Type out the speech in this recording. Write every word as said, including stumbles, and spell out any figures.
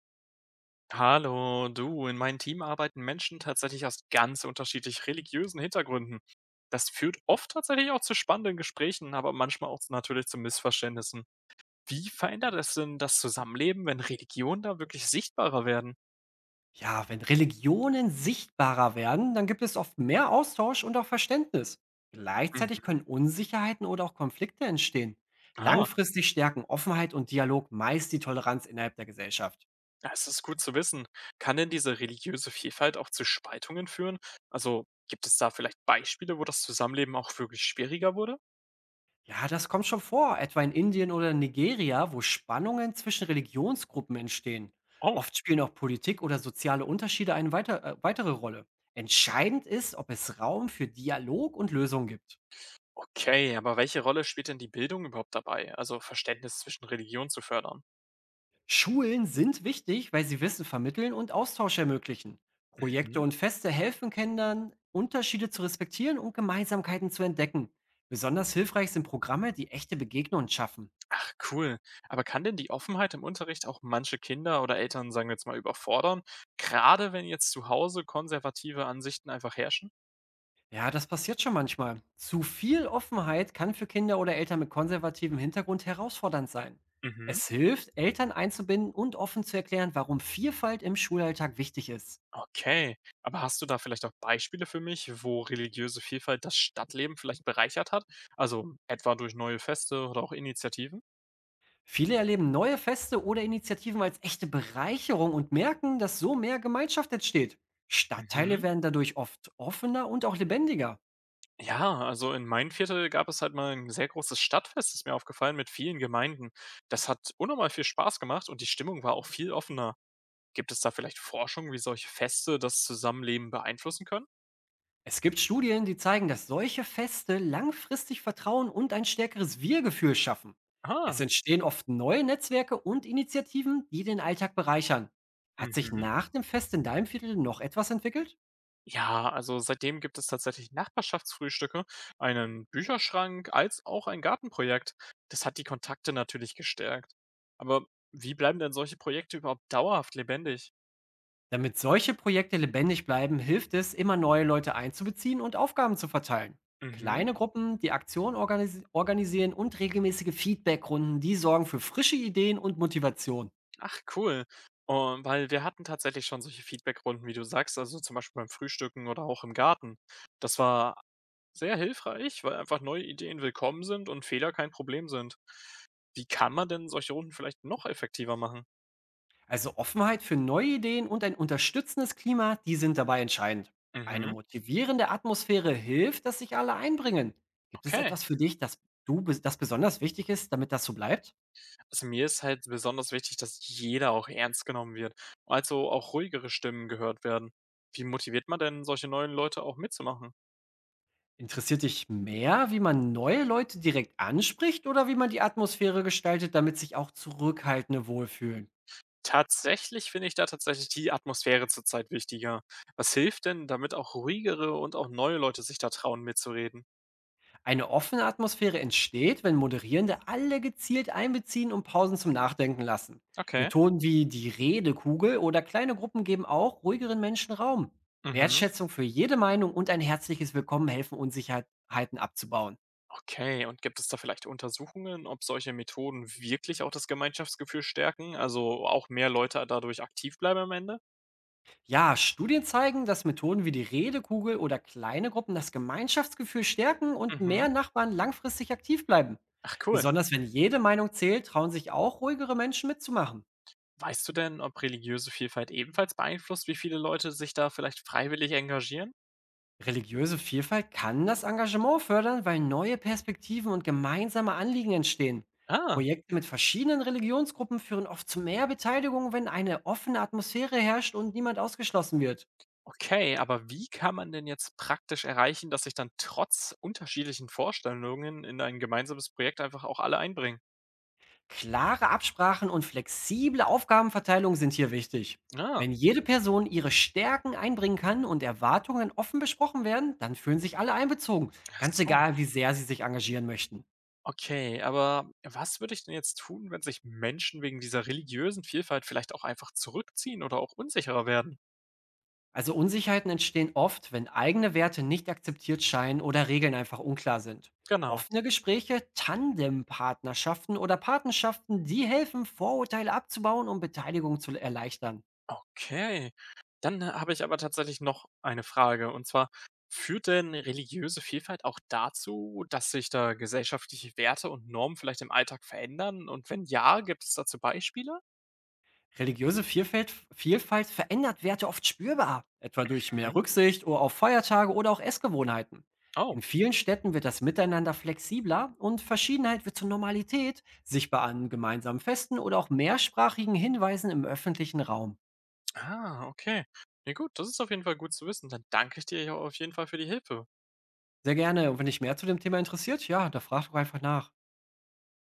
Hallo, du, in meinem Team arbeiten Menschen tatsächlich aus ganz unterschiedlich religiösen Hintergründen. Das führt oft tatsächlich auch zu spannenden Gesprächen, aber manchmal auch natürlich zu Missverständnissen. Wie verändert es denn das Zusammenleben, wenn Religionen da wirklich sichtbarer werden? Ja, wenn Religionen sichtbarer werden, dann gibt es oft mehr Austausch und auch Verständnis. Gleichzeitig Mhm. können Unsicherheiten oder auch Konflikte entstehen. Ah, Langfristig stärken Offenheit und Dialog meist die Toleranz innerhalb der Gesellschaft. das ist gut zu wissen. Kann denn diese religiöse Vielfalt auch zu Spaltungen führen? Also gibt es da vielleicht Beispiele, wo das Zusammenleben auch wirklich schwieriger wurde? Ja, das kommt schon vor, etwa in Indien oder Nigeria, wo Spannungen zwischen Religionsgruppen entstehen. Oh, Oft spielen auch Politik oder soziale Unterschiede eine weiter, äh, weitere Rolle. Entscheidend ist, ob es Raum für Dialog und Lösungen gibt. okay, aber welche Rolle spielt denn die Bildung überhaupt dabei, also Verständnis zwischen Religionen zu fördern? Schulen sind wichtig, weil sie Wissen vermitteln und Austausch ermöglichen. Mhm. Projekte und Feste helfen Kindern, Unterschiede zu respektieren und Gemeinsamkeiten zu entdecken. Besonders hilfreich sind Programme, die echte Begegnungen schaffen. Ach, cool. Aber kann denn die Offenheit im Unterricht auch manche Kinder oder Eltern, sagen wir jetzt mal, überfordern? Gerade wenn jetzt zu Hause konservative Ansichten einfach herrschen? Ja, das passiert schon manchmal. Zu viel Offenheit kann für Kinder oder Eltern mit konservativem Hintergrund herausfordernd sein. Mhm. Es hilft, Eltern einzubinden und offen zu erklären, warum Vielfalt im Schulalltag wichtig ist. Okay. Aber hast du da vielleicht auch Beispiele für mich, wo religiöse Vielfalt das Stadtleben vielleicht bereichert hat? Also etwa durch neue Feste oder auch Initiativen? Viele erleben neue Feste oder Initiativen als echte Bereicherung und merken, dass so mehr Gemeinschaft entsteht. Stadtteile Mhm. werden dadurch oft offener und auch lebendiger. Ja, also in meinem Viertel gab es halt mal ein sehr großes Stadtfest, ist mir aufgefallen, mit vielen Gemeinden. Das hat unnormal viel Spaß gemacht und die Stimmung war auch viel offener. Gibt es da vielleicht Forschung, wie solche Feste das Zusammenleben beeinflussen können? Es gibt Studien, die zeigen, dass solche Feste langfristig Vertrauen und ein stärkeres Wir-Gefühl schaffen. Es Ah, entstehen oft neue Netzwerke und Initiativen, die den Alltag bereichern. Hat sich mhm. nach dem Fest in deinem Viertel noch etwas entwickelt? Ja, also seitdem gibt es tatsächlich Nachbarschaftsfrühstücke, einen Bücherschrank als auch ein Gartenprojekt. Das hat die Kontakte natürlich gestärkt. Aber wie bleiben denn solche Projekte überhaupt dauerhaft lebendig? Damit solche Projekte lebendig bleiben, hilft es, immer neue Leute einzubeziehen und Aufgaben zu verteilen. Mhm. Kleine Gruppen, die Aktionen organisi organisieren und regelmäßige Feedbackrunden, die sorgen für frische Ideen und Motivation. Ach, cool. Und weil wir hatten tatsächlich schon solche Feedbackrunden, wie du sagst, also zum Beispiel beim Frühstücken oder auch im Garten. Das war sehr hilfreich, weil einfach neue Ideen willkommen sind und Fehler kein Problem sind. Wie kann man denn solche Runden vielleicht noch effektiver machen? Also Offenheit für neue Ideen und ein unterstützendes Klima, die sind dabei entscheidend. Eine Mhm, motivierende Atmosphäre hilft, dass sich alle einbringen. Gibt es okay. etwas für dich, das du bes- das besonders wichtig ist, damit das so bleibt? Also mir ist halt besonders wichtig, dass jeder auch ernst genommen wird, also auch ruhigere Stimmen gehört werden. Wie motiviert man denn solche neuen Leute auch mitzumachen? Interessiert dich mehr, wie man neue Leute direkt anspricht oder wie man die Atmosphäre gestaltet, damit sich auch Zurückhaltende wohlfühlen? Tatsächlich finde ich da tatsächlich die Atmosphäre zurzeit wichtiger. Was hilft denn, damit auch ruhigere und auch neue Leute sich da trauen mitzureden? Eine offene Atmosphäre entsteht, wenn Moderierende alle gezielt einbeziehen und Pausen zum Nachdenken lassen. Okay. Methoden wie die Redekugel oder kleine Gruppen geben auch ruhigeren Menschen Raum. Mhm. Wertschätzung für jede Meinung und ein herzliches Willkommen helfen, Unsicherheiten abzubauen. Okay, und gibt es da vielleicht Untersuchungen, ob solche Methoden wirklich auch das Gemeinschaftsgefühl stärken, also auch mehr Leute dadurch aktiv bleiben am Ende? Ja, Studien zeigen, dass Methoden wie die Redekugel oder kleine Gruppen das Gemeinschaftsgefühl stärken und mehr Mhm. Nachbarn langfristig aktiv bleiben. Ach, cool. Besonders wenn jede Meinung zählt, trauen sich auch ruhigere Menschen mitzumachen. Weißt du denn, ob religiöse Vielfalt ebenfalls beeinflusst, wie viele Leute sich da vielleicht freiwillig engagieren? Religiöse Vielfalt kann das Engagement fördern, weil neue Perspektiven und gemeinsame Anliegen entstehen. Ah, Projekte mit verschiedenen Religionsgruppen führen oft zu mehr Beteiligung, wenn eine offene Atmosphäre herrscht und niemand ausgeschlossen wird. okay, aber wie kann man denn jetzt praktisch erreichen, dass sich dann trotz unterschiedlichen Vorstellungen in ein gemeinsames Projekt einfach auch alle einbringen? Klare Absprachen und flexible Aufgabenverteilung sind hier wichtig. Ah, Wenn jede Person ihre Stärken einbringen kann und Erwartungen offen besprochen werden, dann fühlen sich alle einbezogen, ach ganz so. egal, wie sehr sie sich engagieren möchten. Okay, aber was würde ich denn jetzt tun, wenn sich Menschen wegen dieser religiösen Vielfalt vielleicht auch einfach zurückziehen oder auch unsicherer werden? Also Unsicherheiten entstehen oft, wenn eigene Werte nicht akzeptiert scheinen oder Regeln einfach unklar sind. Genau. Offene Gespräche, Tandempartnerschaften oder Patenschaften, die helfen, Vorurteile abzubauen und Beteiligung zu erleichtern. Okay. Dann äh, Habe ich aber tatsächlich noch eine Frage. Und zwar, führt denn religiöse Vielfalt auch dazu, dass sich da gesellschaftliche Werte und Normen vielleicht im Alltag verändern? Und wenn ja, gibt es dazu Beispiele? Religiöse Vielfalt, Vielfalt verändert Werte oft spürbar, etwa durch mehr Mhm. Rücksicht oder auf Feiertage oder auch Essgewohnheiten. Oh, In vielen Städten wird das Miteinander flexibler und Verschiedenheit wird zur Normalität, sichtbar an gemeinsamen Festen oder auch mehrsprachigen Hinweisen im öffentlichen Raum. ah, okay. Na gut, das ist auf jeden Fall gut zu wissen. Dann danke ich dir ja auf jeden Fall für die Hilfe. Sehr gerne. Und wenn dich mehr zu dem Thema interessiert, ja, da frag doch einfach nach.